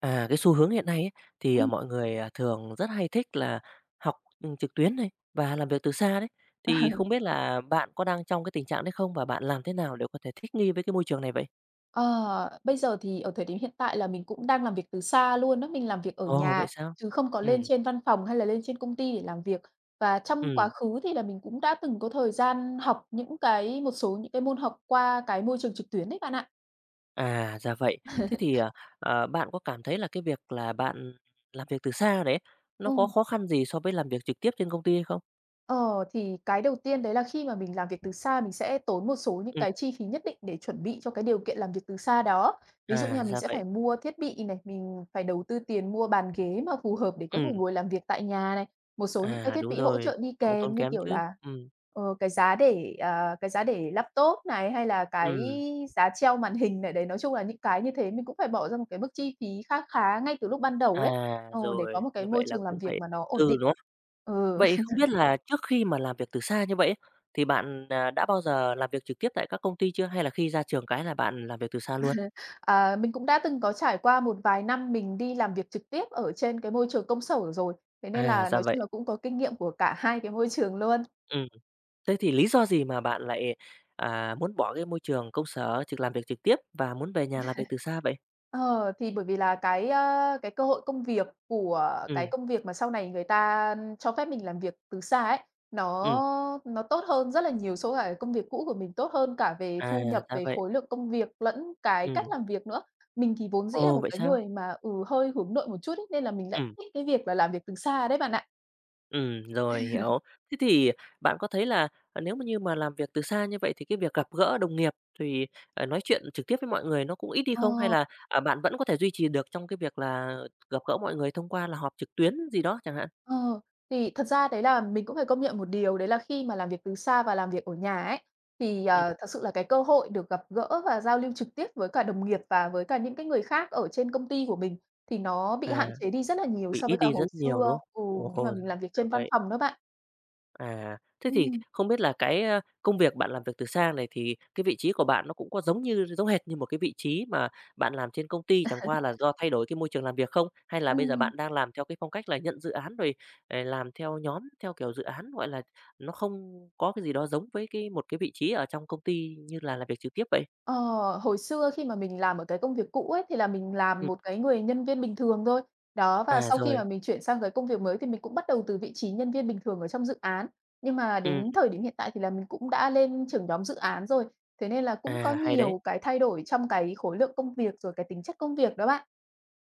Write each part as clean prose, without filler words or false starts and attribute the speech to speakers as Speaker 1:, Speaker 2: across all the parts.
Speaker 1: À, cái xu hướng hiện nay ấy, thì
Speaker 2: Ừm.
Speaker 1: mọi người, thường rất hay thích là học, trực tuyến này và làm việc từ xa đấy. Thì không biết là bạn có đang trong cái tình trạng đấy không? Và bạn làm thế nào để có thể thích nghi với cái môi trường này vậy?
Speaker 2: Ờ, bây giờ thì ở thời điểm hiện tại là mình cũng đang làm việc từ xa luôn đó, mình làm việc ở
Speaker 1: Ồ, vậy
Speaker 2: nhà
Speaker 1: sao?
Speaker 2: chứ không có
Speaker 1: Ừ,
Speaker 2: lên trên văn phòng hay là lên trên công ty để làm việc. Và trong quá
Speaker 1: ừ,
Speaker 2: khứ thì là mình cũng đã từng có thời gian học những cái một số những cái môn học qua cái môi trường trực tuyến đấy bạn ạ.
Speaker 1: à, ra vậy. Thế thì, bạn có cảm thấy là cái việc là bạn làm việc từ xa đấy, nó
Speaker 2: Ừ.
Speaker 1: có khó khăn gì so với làm việc trực tiếp trên công ty hay không?
Speaker 2: Ờ, thì cái đầu tiên đấy là khi mà mình làm việc từ xa, mình sẽ tốn một số những
Speaker 1: Ừm,
Speaker 2: cái chi phí nhất định để chuẩn bị cho cái điều kiện làm việc từ xa đó. Ví dụ
Speaker 1: à,
Speaker 2: như là mình
Speaker 1: ra
Speaker 2: sẽ
Speaker 1: vậy.
Speaker 2: phải mua thiết bị này, mình phải đầu tư tiền mua bàn ghế mà phù hợp để có thể
Speaker 1: Ừ,
Speaker 2: ngồi làm việc tại nhà này, một số những cái
Speaker 1: à,
Speaker 2: thiết
Speaker 1: đúng
Speaker 2: bị hỗ
Speaker 1: rồi,
Speaker 2: trợ đi
Speaker 1: cũng tốn
Speaker 2: kèm như
Speaker 1: kém
Speaker 2: kiểu
Speaker 1: chứ.
Speaker 2: là,
Speaker 1: Ừ,
Speaker 2: cái giá để laptop này, hay là cái
Speaker 1: ừ.
Speaker 2: giá treo màn hình này. Đấy, nói chung là những cái như thế mình cũng phải bỏ ra một cái mức chi phí khá khá ngay từ lúc ban đầu
Speaker 1: À,
Speaker 2: đấy, để
Speaker 1: rồi,
Speaker 2: có một
Speaker 1: như
Speaker 2: cái
Speaker 1: vậy
Speaker 2: môi
Speaker 1: là
Speaker 2: trường
Speaker 1: cũng
Speaker 2: làm
Speaker 1: phải
Speaker 2: việc mà nó ổn
Speaker 1: từ,
Speaker 2: định.
Speaker 1: đúng không?
Speaker 2: Ừ.
Speaker 1: Vậy không biết là trước khi mà làm việc từ xa như vậy ấy, thì bạn, đã bao giờ làm việc trực tiếp tại các công ty chưa? Hay là khi ra trường cái là bạn làm việc từ xa luôn?
Speaker 2: À, mình cũng đã từng có trải qua một vài năm mình đi làm việc trực tiếp ở trên cái môi trường công sở rồi, thế nên
Speaker 1: À,
Speaker 2: là
Speaker 1: ra
Speaker 2: nói chung
Speaker 1: vậy.
Speaker 2: là cũng có kinh nghiệm của cả hai cái môi trường luôn.
Speaker 1: Ừ. Thế thì lý do gì mà bạn lại, muốn bỏ cái môi trường công sở trực làm việc trực tiếp và muốn về nhà làm việc từ xa vậy?
Speaker 2: Ờ, thì bởi vì là cái cơ hội công việc của cái
Speaker 1: Ừ.
Speaker 2: công việc mà sau này người ta cho phép mình làm việc từ xa ấy,
Speaker 1: Ừ.
Speaker 2: nó nó tốt hơn rất là nhiều so với cả cái công việc cũ của mình, tốt hơn cả về
Speaker 1: À,
Speaker 2: thu nhập,
Speaker 1: ra
Speaker 2: về
Speaker 1: vậy.
Speaker 2: khối lượng công việc lẫn cái cách
Speaker 1: Ừ.
Speaker 2: làm việc nữa. Mình thì vốn dĩ là
Speaker 1: Ồ,
Speaker 2: một
Speaker 1: vậy
Speaker 2: cái
Speaker 1: sao?
Speaker 2: người mà, hơi hướng nội một chút ấy, nên là mình
Speaker 1: Ừ.
Speaker 2: lại thích cái việc là làm việc từ xa đấy bạn ạ.
Speaker 1: Ừ, rồi, hiểu. Thế thì bạn có thấy là, nếu mà như mà làm việc từ xa như vậy thì cái việc gặp gỡ đồng nghiệp thì, nói chuyện trực tiếp với mọi người nó cũng ít đi không? Hay
Speaker 2: Ờ.
Speaker 1: là, bạn vẫn có thể duy trì được trong cái việc là gặp gỡ mọi người thông qua là họp trực tuyến gì đó chẳng hạn?
Speaker 2: Ờ, thì thật ra đấy là mình cũng phải công nhận một điều, đấy là khi mà làm việc từ xa và làm việc ở nhà ấy, thì,
Speaker 1: Ừm,
Speaker 2: thật sự là cái cơ hội được gặp gỡ và giao lưu trực tiếp với cả đồng nghiệp và với cả những cái người khác ở trên công ty của mình thì nó bị
Speaker 1: à,
Speaker 2: hạn chế đi rất là nhiều
Speaker 1: bị
Speaker 2: so
Speaker 1: ít
Speaker 2: với cả
Speaker 1: đi
Speaker 2: hồi
Speaker 1: rất nhiều, đúng
Speaker 2: xưa.
Speaker 1: không?
Speaker 2: Ừ, khi mà
Speaker 1: Ồ,
Speaker 2: mình làm việc
Speaker 1: ra
Speaker 2: trên văn
Speaker 1: vậy.
Speaker 2: phòng đó bạn.
Speaker 1: À, thế thì
Speaker 2: Ừm,
Speaker 1: không biết là cái công việc bạn làm việc từ xa này thì cái vị trí của bạn nó cũng có giống như giống hệt như một cái vị trí mà bạn làm trên công ty, chẳng qua là do thay đổi cái môi trường làm việc không? Hay là bây giờ
Speaker 2: ừm.
Speaker 1: bạn đang làm theo cái phong cách là nhận dự án rồi, làm theo nhóm, theo kiểu dự án, gọi là, nó không có cái gì đó giống với cái một cái vị trí ở trong công ty như là làm việc trực tiếp vậy?
Speaker 2: Ờ, hồi xưa khi mà mình làm ở cái công việc cũ ấy, thì là mình làm
Speaker 1: Ừm,
Speaker 2: một cái người nhân viên bình thường thôi. Đó, và
Speaker 1: à,
Speaker 2: sau khi
Speaker 1: rồi,
Speaker 2: mà mình chuyển sang cái công việc mới thì mình cũng bắt đầu từ vị trí nhân viên bình thường ở trong dự án. Nhưng mà
Speaker 1: ừm,
Speaker 2: đến thời điểm hiện tại thì là mình cũng đã lên trưởng nhóm dự án rồi. Thế nên là cũng có
Speaker 1: à, hay đấy.
Speaker 2: nhiều cái thay đổi trong cái khối lượng công việc, rồi cái tính chất công việc đó bạn.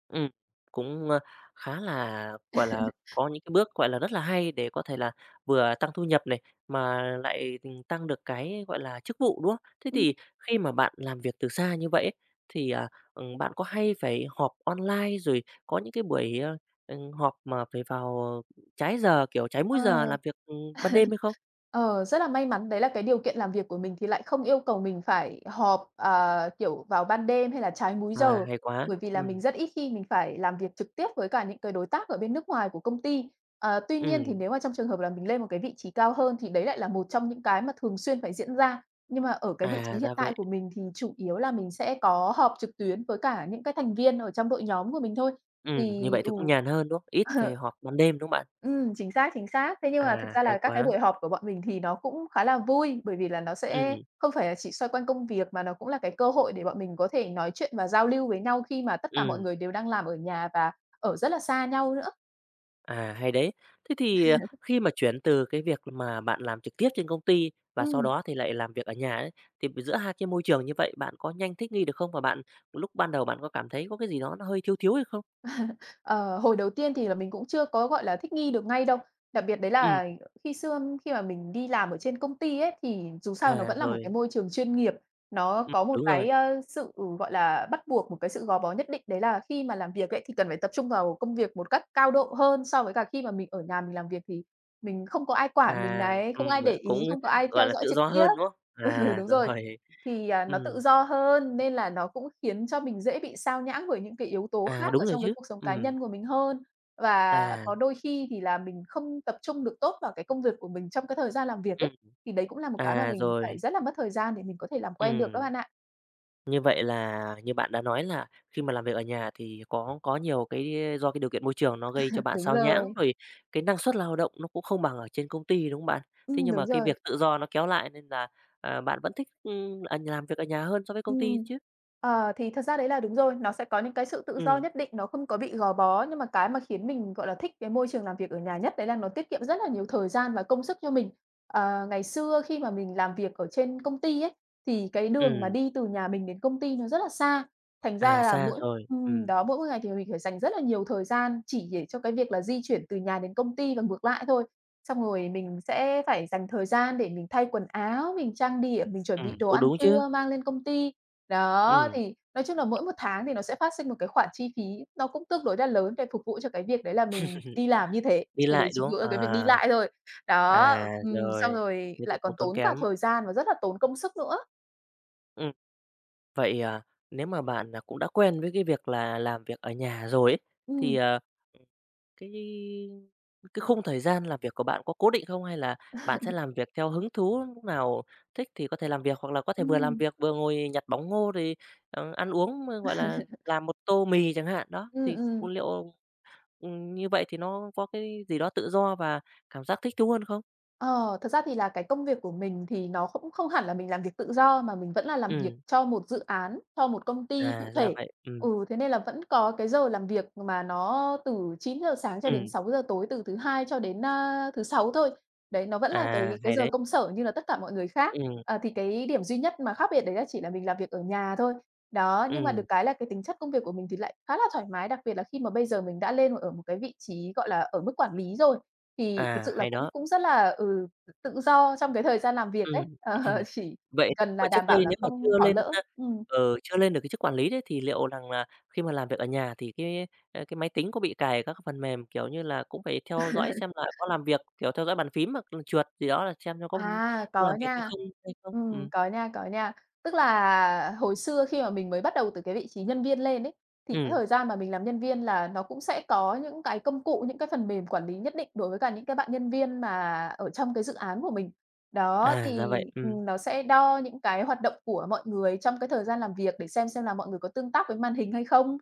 Speaker 1: Ừm, cũng, khá là, gọi là, có những cái bước, gọi là, rất là hay để có thể là vừa tăng thu nhập này, mà lại, tăng được cái, gọi là, chức vụ, đúng không? Thế
Speaker 2: Ừm.
Speaker 1: thì khi mà bạn làm việc từ xa như vậy ấy, thì, bạn có hay phải họp online rồi có những cái buổi, họp mà phải vào trái giờ, kiểu, trái múi
Speaker 2: Ờ.
Speaker 1: giờ làm việc, ban đêm hay không?
Speaker 2: Ờ, rất là may mắn đấy là cái điều kiện làm việc của mình thì lại không yêu cầu mình phải họp, kiểu, vào ban đêm hay là trái múi
Speaker 1: À,
Speaker 2: giờ,
Speaker 1: hay quá.
Speaker 2: bởi vì là mình rất ít khi mình phải làm việc trực tiếp với cả những cái đối tác ở bên nước ngoài của công ty. Tuy nhiên thì
Speaker 1: Ừm,
Speaker 2: nếu mà trong trường hợp là mình lên một cái vị trí cao hơn thì đấy lại là một trong những cái mà thường xuyên phải diễn ra. Nhưng mà ở cái vị
Speaker 1: à,
Speaker 2: trí hiện
Speaker 1: ra
Speaker 2: tại
Speaker 1: vậy.
Speaker 2: của mình thì chủ yếu là mình sẽ có họp trực tuyến với cả những cái thành viên ở trong đội nhóm của mình thôi.
Speaker 1: Như
Speaker 2: Thì
Speaker 1: vậy
Speaker 2: ừ.
Speaker 1: thì cũng nhàn hơn, đúng không? Ít phải họp ban đêm, đúng không bạn?
Speaker 2: Chính xác, chính xác. Thế nhưng mà thực
Speaker 1: À,
Speaker 2: ra
Speaker 1: hay
Speaker 2: là các cái
Speaker 1: quá.
Speaker 2: buổi họp của bọn mình thì nó cũng khá là vui, bởi vì là nó sẽ
Speaker 1: Ừm,
Speaker 2: không phải là chỉ xoay quanh công việc mà nó cũng là cái cơ hội để bọn mình có thể nói chuyện và giao lưu với nhau khi mà tất cả mọi
Speaker 1: ừm.
Speaker 2: người đều đang làm ở nhà và ở rất là xa nhau nữa.
Speaker 1: À, hay đấy. Thế thì, khi mà chuyển từ cái việc mà bạn làm trực tiếp trên công ty và sau
Speaker 2: Ừm.
Speaker 1: đó thì lại làm việc ở nhà ấy, thì giữa hai cái môi trường như vậy bạn có nhanh thích nghi được không? Và bạn lúc ban đầu bạn có cảm thấy có cái gì đó nó hơi thiếu thiếu hay không?
Speaker 2: Ờ, hồi đầu tiên thì là mình cũng chưa có, gọi là, thích nghi được ngay đâu. Đặc biệt đấy
Speaker 1: Ừ,
Speaker 2: là khi xưa khi mà mình đi làm ở trên công ty ấy, thì dù sao nó
Speaker 1: à,
Speaker 2: vẫn là một cái
Speaker 1: rồi,
Speaker 2: môi trường chuyên nghiệp, nó có một
Speaker 1: đúng rồi.
Speaker 2: cái, sự, gọi là, bắt buộc, một cái sự gò bó nhất định, đấy là khi mà làm việc ấy thì cần phải tập trung vào công việc một cách cao độ hơn so với cả khi mà mình ở nhà mình làm việc thì mình không có ai quản mình
Speaker 1: À,
Speaker 2: này, không ai để
Speaker 1: cũng,
Speaker 2: ý, không có ai
Speaker 1: gọi
Speaker 2: theo
Speaker 1: là,
Speaker 2: dõi
Speaker 1: tự
Speaker 2: trực
Speaker 1: do
Speaker 2: tiếp.
Speaker 1: hơn, đúng không?
Speaker 2: Ừ,
Speaker 1: À,
Speaker 2: đúng rồi.
Speaker 1: rồi,
Speaker 2: Thì, nó tự
Speaker 1: ừ,
Speaker 2: do hơn nên là nó cũng khiến cho mình dễ bị xao nhãng bởi những cái yếu tố
Speaker 1: à,
Speaker 2: khác
Speaker 1: đúng
Speaker 2: ở
Speaker 1: rồi
Speaker 2: trong cái
Speaker 1: chứ.
Speaker 2: cuộc sống cá
Speaker 1: Ừ,
Speaker 2: nhân của mình hơn. Và
Speaker 1: à,
Speaker 2: có đôi khi thì là mình không tập trung được tốt vào cái công việc của mình trong cái thời gian làm việc ấy,
Speaker 1: ừm,
Speaker 2: thì đấy cũng là một cái mà
Speaker 1: à,
Speaker 2: mình
Speaker 1: rồi,
Speaker 2: phải rất là mất thời gian để mình có thể làm quen được đó
Speaker 1: ừ.
Speaker 2: bạn ạ.
Speaker 1: Như vậy là như bạn đã nói là khi mà làm việc ở nhà thì có nhiều cái do cái điều kiện môi trường nó gây cho bạn
Speaker 2: Đúng
Speaker 1: sao nhãng,
Speaker 2: rồi.
Speaker 1: rồi cái năng suất lao động nó cũng không bằng ở trên công ty, đúng không bạn? Thế nhưng mà
Speaker 2: Đúng
Speaker 1: cái
Speaker 2: rồi.
Speaker 1: việc tự do nó kéo lại nên là, bạn vẫn thích, làm việc ở nhà hơn so với công ty
Speaker 2: Ừm.
Speaker 1: chứ?
Speaker 2: Thì thật ra đấy là đúng rồi, nó sẽ có những cái sự tự do
Speaker 1: Ừ.
Speaker 2: nhất định, nó không có bị gò bó, nhưng mà cái mà khiến mình, gọi là, thích cái môi trường làm việc ở nhà nhất đấy là nó tiết kiệm rất là nhiều thời gian và công sức cho mình. Ngày xưa khi mà mình làm việc ở trên công ty ấy, thì cái đường mà
Speaker 1: Ừ,
Speaker 2: đi từ nhà mình đến công ty nó rất là xa, thành ra
Speaker 1: à,
Speaker 2: là
Speaker 1: xa
Speaker 2: mỗi
Speaker 1: rồi,
Speaker 2: ừm,
Speaker 1: ừ,
Speaker 2: đó, mỗi một ngày thì mình phải dành rất là nhiều thời gian chỉ để cho cái việc là di chuyển từ nhà đến công ty và ngược lại thôi. Xong rồi mình sẽ phải dành thời gian để mình thay quần áo, mình trang điểm, mình
Speaker 1: ừ,
Speaker 2: chuẩn bị đồ
Speaker 1: cũng
Speaker 2: ăn
Speaker 1: đúng chứ,
Speaker 2: trưa mang lên công ty. Đó,
Speaker 1: ừ,
Speaker 2: thì nói chung là mỗi một tháng thì nó sẽ phát sinh một cái khoản chi phí nó cũng tương đối là lớn để phục vụ cho cái việc đấy là mình đi làm như thế,
Speaker 1: đi
Speaker 2: chỉ để
Speaker 1: lại, đúng
Speaker 2: phục vụ
Speaker 1: không?
Speaker 2: cho cái việc đi
Speaker 1: À,
Speaker 2: lại thôi. Đó, xong
Speaker 1: rồi,
Speaker 2: rồi
Speaker 1: thế thì
Speaker 2: lại
Speaker 1: cũng
Speaker 2: còn
Speaker 1: tốn
Speaker 2: tốn cả
Speaker 1: kém.
Speaker 2: thời gian và rất là tốn công sức nữa.
Speaker 1: Ừm, vậy, nếu mà bạn, cũng đã quen với cái việc là làm việc ở nhà rồi ấy, thì,
Speaker 2: Ừm.
Speaker 1: Cái cái khung thời gian làm việc của bạn có cố định không? Hay là bạn sẽ làm việc theo hứng thú, lúc nào thích thì có thể làm việc, hoặc là có thể vừa làm
Speaker 2: Ừm.
Speaker 1: việc vừa ngồi nhặt bóng ngô thì ăn uống, gọi là, làm một tô mì chẳng hạn, đó,
Speaker 2: Ừm,
Speaker 1: thì
Speaker 2: ừm.
Speaker 1: liệu, như vậy thì nó có cái gì đó tự do và cảm giác thích thú hơn không?
Speaker 2: Ờ, thật ra thì là cái công việc của mình thì nó cũng không hẳn là mình làm việc tự do mà mình vẫn là làm việc
Speaker 1: Ừm,
Speaker 2: cho một dự án, cho một công ty
Speaker 1: à,
Speaker 2: cụ
Speaker 1: ra
Speaker 2: thể.
Speaker 1: vậy,
Speaker 2: Ừ, thế nên là vẫn có cái giờ làm việc mà nó từ 9 giờ sáng cho đến
Speaker 1: ừm,
Speaker 2: 6 giờ tối, từ thứ Hai cho đến, thứ Sáu thôi. Đấy, nó vẫn là cái
Speaker 1: à,
Speaker 2: cái
Speaker 1: hay
Speaker 2: giờ
Speaker 1: đấy,
Speaker 2: công sở như là tất cả mọi người khác.
Speaker 1: ừm,
Speaker 2: Thì cái điểm duy nhất mà khác biệt đấy là chỉ là mình làm việc ở nhà thôi. Đó, nhưng mà được
Speaker 1: ừm,
Speaker 2: cái là cái tính chất công việc của mình thì lại khá là thoải mái, đặc biệt là khi mà bây giờ mình đã lên ở một cái vị trí, gọi là, ở mức quản lý rồi. Thì thực
Speaker 1: à,
Speaker 2: sự là
Speaker 1: hay
Speaker 2: cũng
Speaker 1: đó.
Speaker 2: cũng rất là, tự do trong cái thời gian làm việc ấy,
Speaker 1: Ừm, ừm.
Speaker 2: chỉ
Speaker 1: Vậy nếu
Speaker 2: cần
Speaker 1: mà
Speaker 2: là
Speaker 1: trước
Speaker 2: đảm bảo
Speaker 1: đây
Speaker 2: là
Speaker 1: nếu mà
Speaker 2: không bỏ lỡ. Ừm.
Speaker 1: chưa lên được cái chức quản lý đấy thì liệu rằng là khi mà làm việc ở nhà thì cái máy tính có bị cài các cái phần mềm, kiểu như là, cũng phải theo dõi xem là có làm việc, kiểu, theo dõi bàn phím hoặc là trượt gì đó là xem nó có,
Speaker 2: À,
Speaker 1: có
Speaker 2: có
Speaker 1: làm việc hay
Speaker 2: nha.
Speaker 1: không hay không?
Speaker 2: Có nha, có nha. Tức là hồi xưa khi mà mình mới bắt đầu từ cái vị trí nhân viên lên ấy, thì cái
Speaker 1: Ừm,
Speaker 2: thời gian mà mình làm nhân viên là nó cũng sẽ có những cái công cụ, những cái phần mềm quản lý nhất định đối với cả những cái bạn nhân viên mà ở trong cái dự án của mình. Đó,
Speaker 1: à, ra
Speaker 2: thì,
Speaker 1: vậy,
Speaker 2: nó sẽ đo những cái hoạt động của mọi người trong cái thời gian làm việc để xem là mọi người có tương tác với màn hình hay không.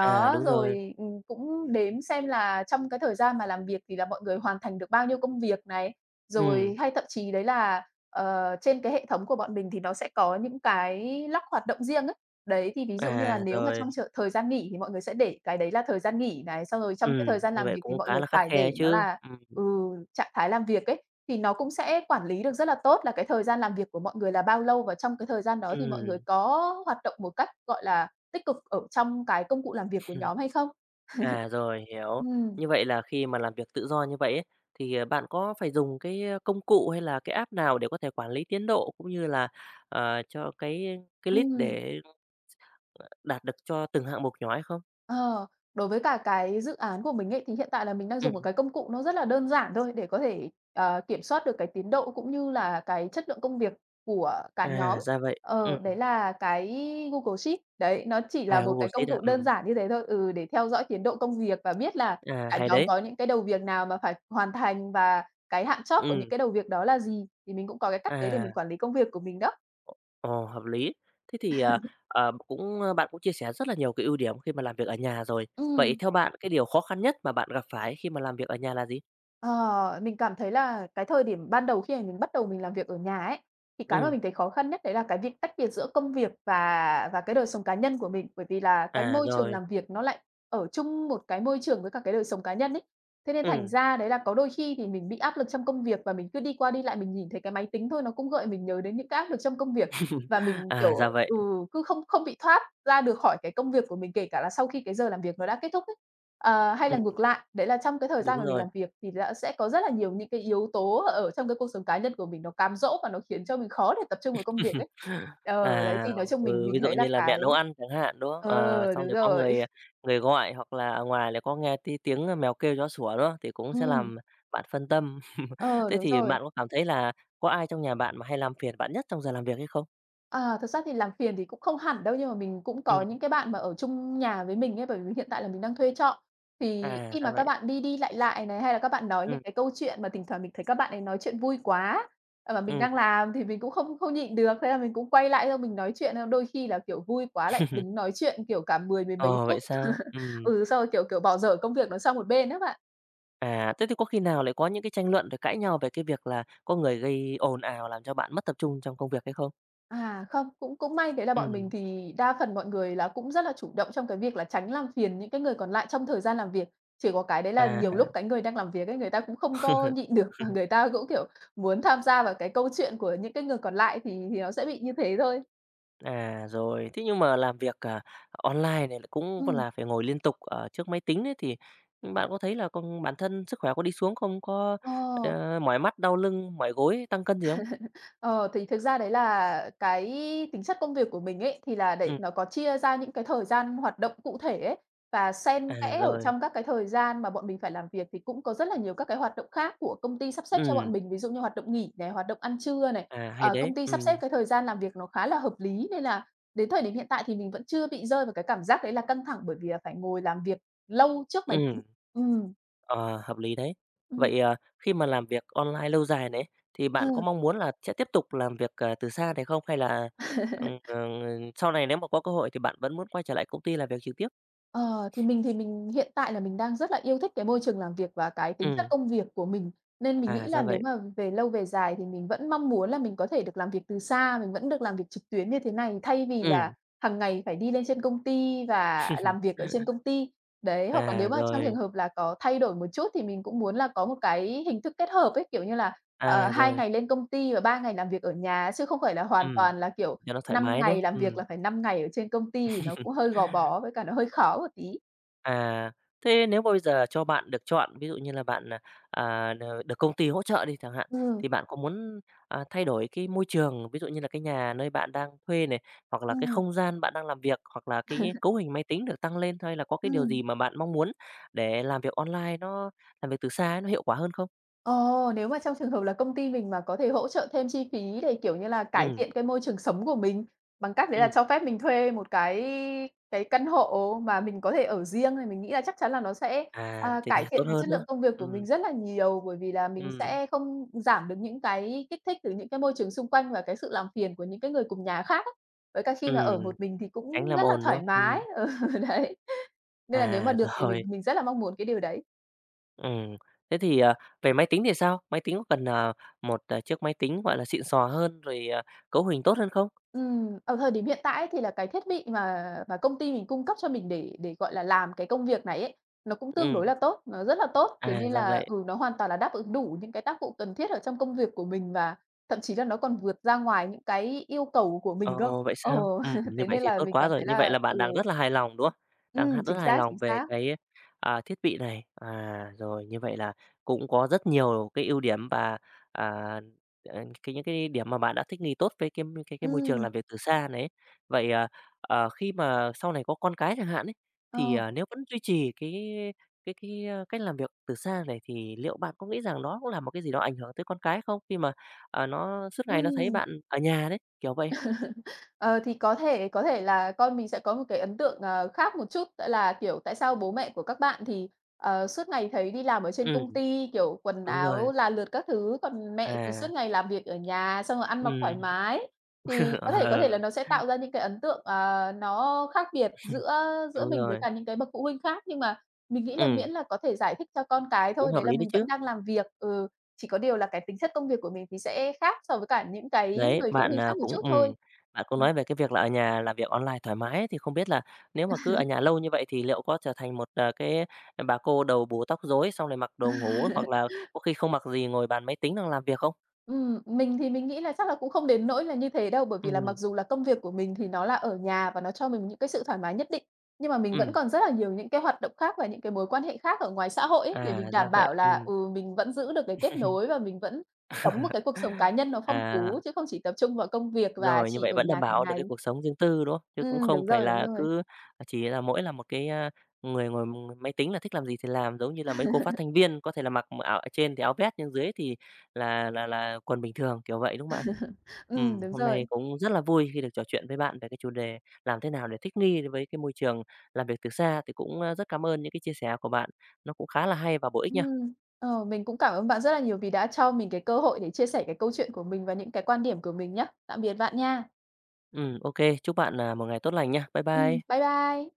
Speaker 1: à, đúng rồi,
Speaker 2: rồi, cũng đếm xem là trong cái thời gian mà làm việc thì là mọi người hoàn thành được bao nhiêu công việc này.
Speaker 1: ừm,
Speaker 2: Rồi hay thậm chí đấy là, trên cái hệ thống của bọn mình thì nó sẽ có những cái lock hoạt động riêng ấy. Đấy, thì ví dụ như là
Speaker 1: à,
Speaker 2: nếu mà
Speaker 1: rồi,
Speaker 2: trong trường thời gian nghỉ thì mọi người sẽ để cái đấy là thời gian nghỉ này, xong rồi trong cái
Speaker 1: ừm,
Speaker 2: thời gian
Speaker 1: như
Speaker 2: làm
Speaker 1: vậy
Speaker 2: việc thì
Speaker 1: cũng
Speaker 2: mọi
Speaker 1: khá
Speaker 2: người
Speaker 1: là khắt
Speaker 2: phải
Speaker 1: khe
Speaker 2: để
Speaker 1: ấy
Speaker 2: nó
Speaker 1: chứ.
Speaker 2: là, ừ, trạng thái làm việc ấy, thì nó cũng sẽ quản lý được rất là tốt là cái thời gian làm việc của mọi người là bao lâu và trong cái thời gian đó thì mọi người có hoạt động một cách, gọi là, tích cực ở trong cái công cụ làm việc của
Speaker 1: Ừm.
Speaker 2: nhóm hay không.
Speaker 1: À, rồi, hiểu.
Speaker 2: Ừm,
Speaker 1: Như vậy là khi mà làm việc tự do như vậy ấy, thì, bạn có phải dùng cái công cụ hay là cái app nào để có thể quản lý tiến độ cũng như là, cho cái list
Speaker 2: ừm.
Speaker 1: để đạt được cho từng hạng mục nhỏ hay không?
Speaker 2: Ờ, Đối với cả cái dự án của mình ấy, thì hiện tại là mình đang dùng một
Speaker 1: Ừm,
Speaker 2: cái công cụ nó rất là đơn giản thôi để có thể, kiểm soát được cái tiến độ cũng như là cái chất lượng công việc của cả
Speaker 1: à,
Speaker 2: nhóm.
Speaker 1: ra vậy.
Speaker 2: Ờ, đấy là cái Google Sheet. Đấy, nó chỉ là
Speaker 1: À,
Speaker 2: một
Speaker 1: Google
Speaker 2: cái công
Speaker 1: sheet à,
Speaker 2: cụ đơn giản như thế thôi, ừ, để theo dõi tiến độ công việc và biết là
Speaker 1: à,
Speaker 2: cả
Speaker 1: hay
Speaker 2: nhóm
Speaker 1: đấy.
Speaker 2: có những cái đầu việc nào mà phải hoàn thành và cái hạn chót của những
Speaker 1: Ừm,
Speaker 2: cái đầu việc đó là gì, thì mình cũng có cái cách đấy để
Speaker 1: à,
Speaker 2: mình quản lý công việc của mình đó.
Speaker 1: ồ, hợp lý. Thế thì, cũng bạn cũng chia sẻ rất là nhiều cái ưu điểm khi mà làm việc ở nhà rồi. Vậy
Speaker 2: Ừm.
Speaker 1: theo bạn cái điều khó khăn nhất mà bạn gặp phải khi mà làm việc ở nhà là gì?
Speaker 2: Ờ, mình cảm thấy là cái thời điểm ban đầu khi mà mình bắt đầu mình làm việc ở nhà ấy, thì cái mà
Speaker 1: Ừm,
Speaker 2: mình thấy khó khăn nhất đấy là cái việc tách biệt giữa công việc và cái đời sống cá nhân của mình. Bởi vì là cái
Speaker 1: à,
Speaker 2: môi trường
Speaker 1: rồi,
Speaker 2: làm việc nó lại ở chung một cái môi trường với cả cái đời sống cá nhân ấy. Thế nên thành
Speaker 1: ừm.
Speaker 2: ra đấy là có đôi khi thì mình bị áp lực trong công việc và mình cứ đi qua đi lại mình nhìn thấy cái máy tính thôi nó cũng gợi mình nhớ đến những cái áp lực trong công việc. Và mình,
Speaker 1: À, ra
Speaker 2: kiểu,
Speaker 1: vậy.
Speaker 2: ừ, cứ không không bị thoát ra được khỏi cái công việc của mình, kể cả là sau khi cái giờ làm việc nó đã kết thúc ấy. Hay là
Speaker 1: Ừm,
Speaker 2: ngược lại, đấy là trong cái thời
Speaker 1: đúng
Speaker 2: gian mà mình
Speaker 1: rồi.
Speaker 2: làm việc thì đã sẽ có rất là nhiều những cái yếu tố ở trong cái cuộc sống cá nhân của mình nó cám dỗ và nó khiến cho mình khó để tập trung vào công việc ấy. Đấy,
Speaker 1: À,
Speaker 2: thì nói chung mình
Speaker 1: ừ,
Speaker 2: mình
Speaker 1: ví dụ
Speaker 2: thấy là
Speaker 1: như là mẹ
Speaker 2: cái
Speaker 1: nấu ăn chẳng hạn, đúng không? Ờ,
Speaker 2: ờ,
Speaker 1: xong
Speaker 2: đúng
Speaker 1: rồi có
Speaker 2: rồi.
Speaker 1: người, à, người gọi hoặc là ở ngoài lại có nghe tí tiếng, mèo kêu chó sủa, đúng không? Thì cũng sẽ
Speaker 2: Ừm,
Speaker 1: làm bạn phân tâm.
Speaker 2: ờ,
Speaker 1: Thế
Speaker 2: đúng
Speaker 1: thì
Speaker 2: rồi.
Speaker 1: bạn có cảm thấy là có ai trong nhà bạn mà hay làm phiền bạn nhất trong giờ làm việc hay không?
Speaker 2: Thật ra thì làm phiền thì cũng không hẳn đâu, nhưng mà mình cũng
Speaker 1: Ừm,
Speaker 2: có những cái bạn mà ở chung nhà với mình ấy, bởi vì hiện tại là mình đang thuê trọ. Thì
Speaker 1: à,
Speaker 2: khi
Speaker 1: ra
Speaker 2: mà các
Speaker 1: vậy.
Speaker 2: bạn đi đi lại lại này, hay là các bạn nói
Speaker 1: Ừ.
Speaker 2: những cái câu chuyện mà thỉnh thoảng mình thấy các bạn ấy nói chuyện vui quá, mà mình
Speaker 1: Ừ.
Speaker 2: đang làm thì mình cũng không không nhịn được, thế là mình cũng quay lại xong mình nói chuyện. Đôi khi là, kiểu, vui quá lại đứng nói chuyện, kiểu, cả mười mười mấy
Speaker 1: Ồ, vậy
Speaker 2: phút.
Speaker 1: sao? Ừm.
Speaker 2: Ừ, sau rồi, kiểu kiểu, bỏ dở công việc nó sang một bên á bạn.
Speaker 1: À, thế thì có khi nào lại có những cái tranh luận rồi cãi nhau về cái việc là có người gây ồn ào làm cho bạn mất tập trung trong công việc hay không?
Speaker 2: À, không, cũng cũng may đấy là bọn mình
Speaker 1: Ừm,
Speaker 2: thì đa phần mọi người là cũng rất là chủ động trong cái việc là tránh làm phiền những cái người còn lại trong thời gian làm việc. Chỉ có cái đấy là nhiều
Speaker 1: à.
Speaker 2: lúc cái người đang làm việc ấy, người ta cũng không có nhịn được và người ta cũng, kiểu, muốn tham gia vào cái câu chuyện của những cái người còn lại thì nó sẽ bị như thế thôi.
Speaker 1: À, rồi. Thế nhưng mà làm việc, online này cũng
Speaker 2: Ừm,
Speaker 1: là phải ngồi liên tục ở trước máy tính đấy thì bạn có thấy là con bản thân sức khỏe có đi xuống không? Có,
Speaker 2: ờ.
Speaker 1: mỏi mắt, đau lưng, mỏi gối, tăng cân gì không?
Speaker 2: Ờ, thì thực ra đấy là cái tính chất công việc của mình ấy, thì là để
Speaker 1: Ừm,
Speaker 2: nó có chia ra những cái thời gian hoạt động cụ thể ấy, và
Speaker 1: à,
Speaker 2: xen kẽ ở
Speaker 1: rồi,
Speaker 2: trong các cái thời gian mà bọn mình phải làm việc thì cũng có rất là nhiều các cái hoạt động khác của công ty sắp xếp cho
Speaker 1: ừm,
Speaker 2: bọn mình. Ví dụ như hoạt động nghỉ này, hoạt động ăn trưa này,
Speaker 1: à, hay đấy,
Speaker 2: công ty sắp xếp cái thời gian làm việc nó khá là hợp lý, nên là đến thời điểm hiện tại thì mình vẫn chưa bị rơi vào cái cảm giác đấy là căng thẳng bởi vì là phải ngồi làm việc lâu trước máy tính.
Speaker 1: ừm,
Speaker 2: Ừm,
Speaker 1: ờ, hợp lý đấy.
Speaker 2: ừm,
Speaker 1: Vậy, khi mà làm việc online lâu dài này thì bạn có
Speaker 2: ừ.
Speaker 1: mong muốn là sẽ tiếp tục làm việc, từ xa này không? Hay là, sau này nếu mà có cơ hội thì bạn vẫn muốn quay trở lại công ty làm việc trực tiếp?
Speaker 2: Ờ, thì mình hiện tại là mình đang rất là yêu thích cái môi trường làm việc và cái tính chất
Speaker 1: Ừm,
Speaker 2: công việc của mình, nên mình
Speaker 1: à,
Speaker 2: nghĩ
Speaker 1: ra
Speaker 2: là nếu
Speaker 1: vậy.
Speaker 2: mà về lâu về dài thì mình vẫn mong muốn là mình có thể được làm việc từ xa, mình vẫn được làm việc trực tuyến như thế này, thay vì là
Speaker 1: Ừm.
Speaker 2: hàng ngày phải đi lên trên công ty và làm việc ở trên công ty. Đấy, hoặc là
Speaker 1: À,
Speaker 2: nếu mà trong
Speaker 1: rồi,
Speaker 2: trường hợp là có thay đổi một chút thì mình cũng muốn là có một cái hình thức kết hợp ấy, kiểu như là,
Speaker 1: à,
Speaker 2: 2
Speaker 1: rồi,
Speaker 2: ngày lên công ty và 3 ngày làm việc ở nhà, chứ không phải là hoàn
Speaker 1: ừm,
Speaker 2: toàn là, kiểu,
Speaker 1: cho nó thoải
Speaker 2: 5
Speaker 1: mái, đúng
Speaker 2: ngày
Speaker 1: không?
Speaker 2: làm việc
Speaker 1: Ừm.
Speaker 2: là phải 5 ngày ở trên công ty thì nó cũng hơi gò bó với cả nó hơi khó một tí.
Speaker 1: À, thế nếu mà bây giờ cho bạn được chọn, ví dụ như là bạn, à, à, đ được công ty hỗ trợ đi chẳng hạn,
Speaker 2: Ừ,
Speaker 1: thì bạn có muốn, thay đổi cái môi trường, ví dụ như là cái nhà nơi bạn đang thuê này, hoặc là
Speaker 2: ừ,
Speaker 1: cái không gian bạn đang làm việc, hoặc là cái cấu hình máy tính được tăng lên, hay là có cái
Speaker 2: ừ.
Speaker 1: điều gì mà bạn mong muốn để làm việc từ xa ấy nó hiệu quả hơn không?
Speaker 2: Ờ, Nếu mà trong trường hợp là công ty mình mà có thể hỗ trợ thêm chi phí để, kiểu như là, cải
Speaker 1: Ừ.
Speaker 2: thiện cái môi trường sống của mình, bằng cách đấy là
Speaker 1: Ừ,
Speaker 2: cho phép mình thuê một cái căn hộ mà mình có thể ở riêng thì mình nghĩ là chắc chắn là nó sẽ,
Speaker 1: à, thế thì
Speaker 2: cải
Speaker 1: tốt
Speaker 2: thiện cái
Speaker 1: hơn,
Speaker 2: chất
Speaker 1: đúng.
Speaker 2: lượng công việc của
Speaker 1: Ừ.
Speaker 2: mình rất là nhiều, bởi vì là
Speaker 1: Ừ,
Speaker 2: mình sẽ không giảm được những cái kích thích từ những cái môi trường xung quanh và cái sự làm phiền của những cái người cùng nhà khác á. Với cả khi mà ở một mình thì
Speaker 1: tránh
Speaker 2: cũng
Speaker 1: làm
Speaker 2: rất là
Speaker 1: ồn, đúng
Speaker 2: thoải
Speaker 1: không?
Speaker 2: mái, ừ, đấy, nên là nếu mà
Speaker 1: À,
Speaker 2: được thì
Speaker 1: rồi,
Speaker 2: mình rất là mong muốn cái điều đấy.
Speaker 1: ừm. Thế thì, về máy tính thì sao? Máy tính có cần, một, chiếc máy tính, gọi là, xịn sò hơn, rồi, cấu hình tốt hơn không?
Speaker 2: Ở thời điểm hiện tại ấy thì là cái thiết bị mà công ty mình cung cấp cho mình để gọi là, làm cái công việc này ấy, nó cũng tương
Speaker 1: Ừm,
Speaker 2: đối là tốt, nó rất là tốt. Thế
Speaker 1: à,
Speaker 2: nên
Speaker 1: ra
Speaker 2: là,
Speaker 1: vậy.
Speaker 2: ừ, nó hoàn toàn là đáp ứng đủ những cái tác vụ cần thiết ở trong công việc của mình và thậm chí là nó còn vượt ra ngoài những cái yêu cầu của mình cơ.
Speaker 1: Ồ, vậy
Speaker 2: Ờ,
Speaker 1: sao? Như
Speaker 2: thế
Speaker 1: vậy
Speaker 2: nên
Speaker 1: thì
Speaker 2: là
Speaker 1: tốt
Speaker 2: mình
Speaker 1: quá
Speaker 2: cảm
Speaker 1: rồi,
Speaker 2: thấy
Speaker 1: như vậy
Speaker 2: là
Speaker 1: là bạn
Speaker 2: ừ,
Speaker 1: đang rất là hài lòng, đúng không? Đang hát rất là
Speaker 2: chính
Speaker 1: hài
Speaker 2: xác,
Speaker 1: lòng
Speaker 2: chính
Speaker 1: về
Speaker 2: xác.
Speaker 1: cái, thiết bị này. À, rồi, như vậy là cũng có rất nhiều cái ưu điểm và, à, cái những cái điểm mà bạn đã thích nghi tốt với cái môi trường
Speaker 2: Ừm,
Speaker 1: làm việc từ xa này ấy. Vậy, khi mà sau này có con cái chẳng hạn ấy,
Speaker 2: ờ,
Speaker 1: thì, nếu vẫn duy trì cái cách làm việc từ xa này thì liệu bạn có nghĩ rằng nó cũng là một cái gì đó ảnh hưởng tới con cái không? Khi mà, nó suốt ngày nó thấy
Speaker 2: ừm.
Speaker 1: bạn ở nhà đấy, kiểu vậy.
Speaker 2: Ờ, thì có thể là con mình sẽ có một cái ấn tượng, khác một chút, tại là, kiểu, tại sao bố mẹ của các bạn thì, suốt ngày thấy đi làm ở trên công
Speaker 1: Ừm,
Speaker 2: ty, kiểu, quần
Speaker 1: đúng rồi,
Speaker 2: áo là lượt các thứ, còn mẹ thì suốt
Speaker 1: à,
Speaker 2: ngày làm việc ở nhà, xong rồi ăn mặc thoải
Speaker 1: ừm,
Speaker 2: mái. Thì có thể là
Speaker 1: ờ,
Speaker 2: nó sẽ tạo ra những cái ấn tượng, nó khác biệt giữa giữa
Speaker 1: đúng
Speaker 2: mình với
Speaker 1: rồi,
Speaker 2: cả những cái bậc phụ huynh khác, nhưng mà mình nghĩ là
Speaker 1: ừm,
Speaker 2: miễn là có thể giải thích cho con cái
Speaker 1: cũng
Speaker 2: thôi,
Speaker 1: hợp
Speaker 2: đấy là
Speaker 1: lý đấy
Speaker 2: mình vẫn
Speaker 1: chứ.
Speaker 2: đang làm việc. Ừ, chỉ có điều là cái tính chất công việc của mình thì sẽ khác so với cả những cái
Speaker 1: Đấy,
Speaker 2: người phụ huynh khác một chút thôi.
Speaker 1: bạn cũng nói về cái việc là ở nhà làm việc online thoải mái ấy, thì không biết là nếu mà cứ ở nhà lâu như vậy thì liệu có trở thành một, cái bà cô đầu bù tóc rối, xong rồi mặc đồ ngủ, hoặc là có khi không mặc gì ngồi bàn máy tính đang làm việc không?
Speaker 2: Mình nghĩ là chắc là cũng không đến nỗi là như thế đâu, bởi vì là
Speaker 1: Ừm,
Speaker 2: mặc dù là công việc của mình thì nó là ở nhà và nó cho mình những cái sự thoải mái nhất định, nhưng mà mình vẫn
Speaker 1: ừm,
Speaker 2: còn rất là nhiều những cái hoạt động khác và những cái mối quan hệ khác ở ngoài xã hội ấy, để
Speaker 1: à,
Speaker 2: mình
Speaker 1: ra
Speaker 2: đảm
Speaker 1: vậy,
Speaker 2: bảo là, ừ, mình vẫn giữ được cái kết nối và mình vẫn sống một cái cuộc sống cá nhân nó phong
Speaker 1: à.
Speaker 2: phú, chứ không chỉ tập trung vào công việc và
Speaker 1: Rồi, như
Speaker 2: chỉ
Speaker 1: vậy
Speaker 2: ở
Speaker 1: vẫn đảm
Speaker 2: nhà cả
Speaker 1: bảo được
Speaker 2: ngày.
Speaker 1: cái cuộc sống riêng tư, đúng không? Chứ cũng không
Speaker 2: Đúng
Speaker 1: phải
Speaker 2: rồi, đúng
Speaker 1: là
Speaker 2: rồi.
Speaker 1: cứ chỉ là mỗi là một cái người ngồi máy tính là thích làm gì thì làm, giống như là mấy cô phát thanh viên có thể là mặc áo ở trên thì áo vest nhưng dưới thì là quần bình thường, kiểu vậy, đúng không bạn?
Speaker 2: Đúng
Speaker 1: Hôm nay
Speaker 2: rồi.
Speaker 1: cũng rất là vui khi được trò chuyện với bạn về cái chủ đề làm thế nào để thích nghi với cái môi trường làm việc từ xa, thì cũng, rất cảm ơn những cái chia sẻ của bạn, nó cũng khá là hay và bổ ích nha.
Speaker 2: Ừm, mình cũng cảm ơn bạn rất là nhiều vì đã cho mình cái cơ hội để chia sẻ cái câu chuyện của mình và những cái quan điểm của mình nhé. Tạm biệt bạn nha.
Speaker 1: Ô, chúc bạn, một ngày tốt lành nha. Bye bye.
Speaker 2: Bye bye.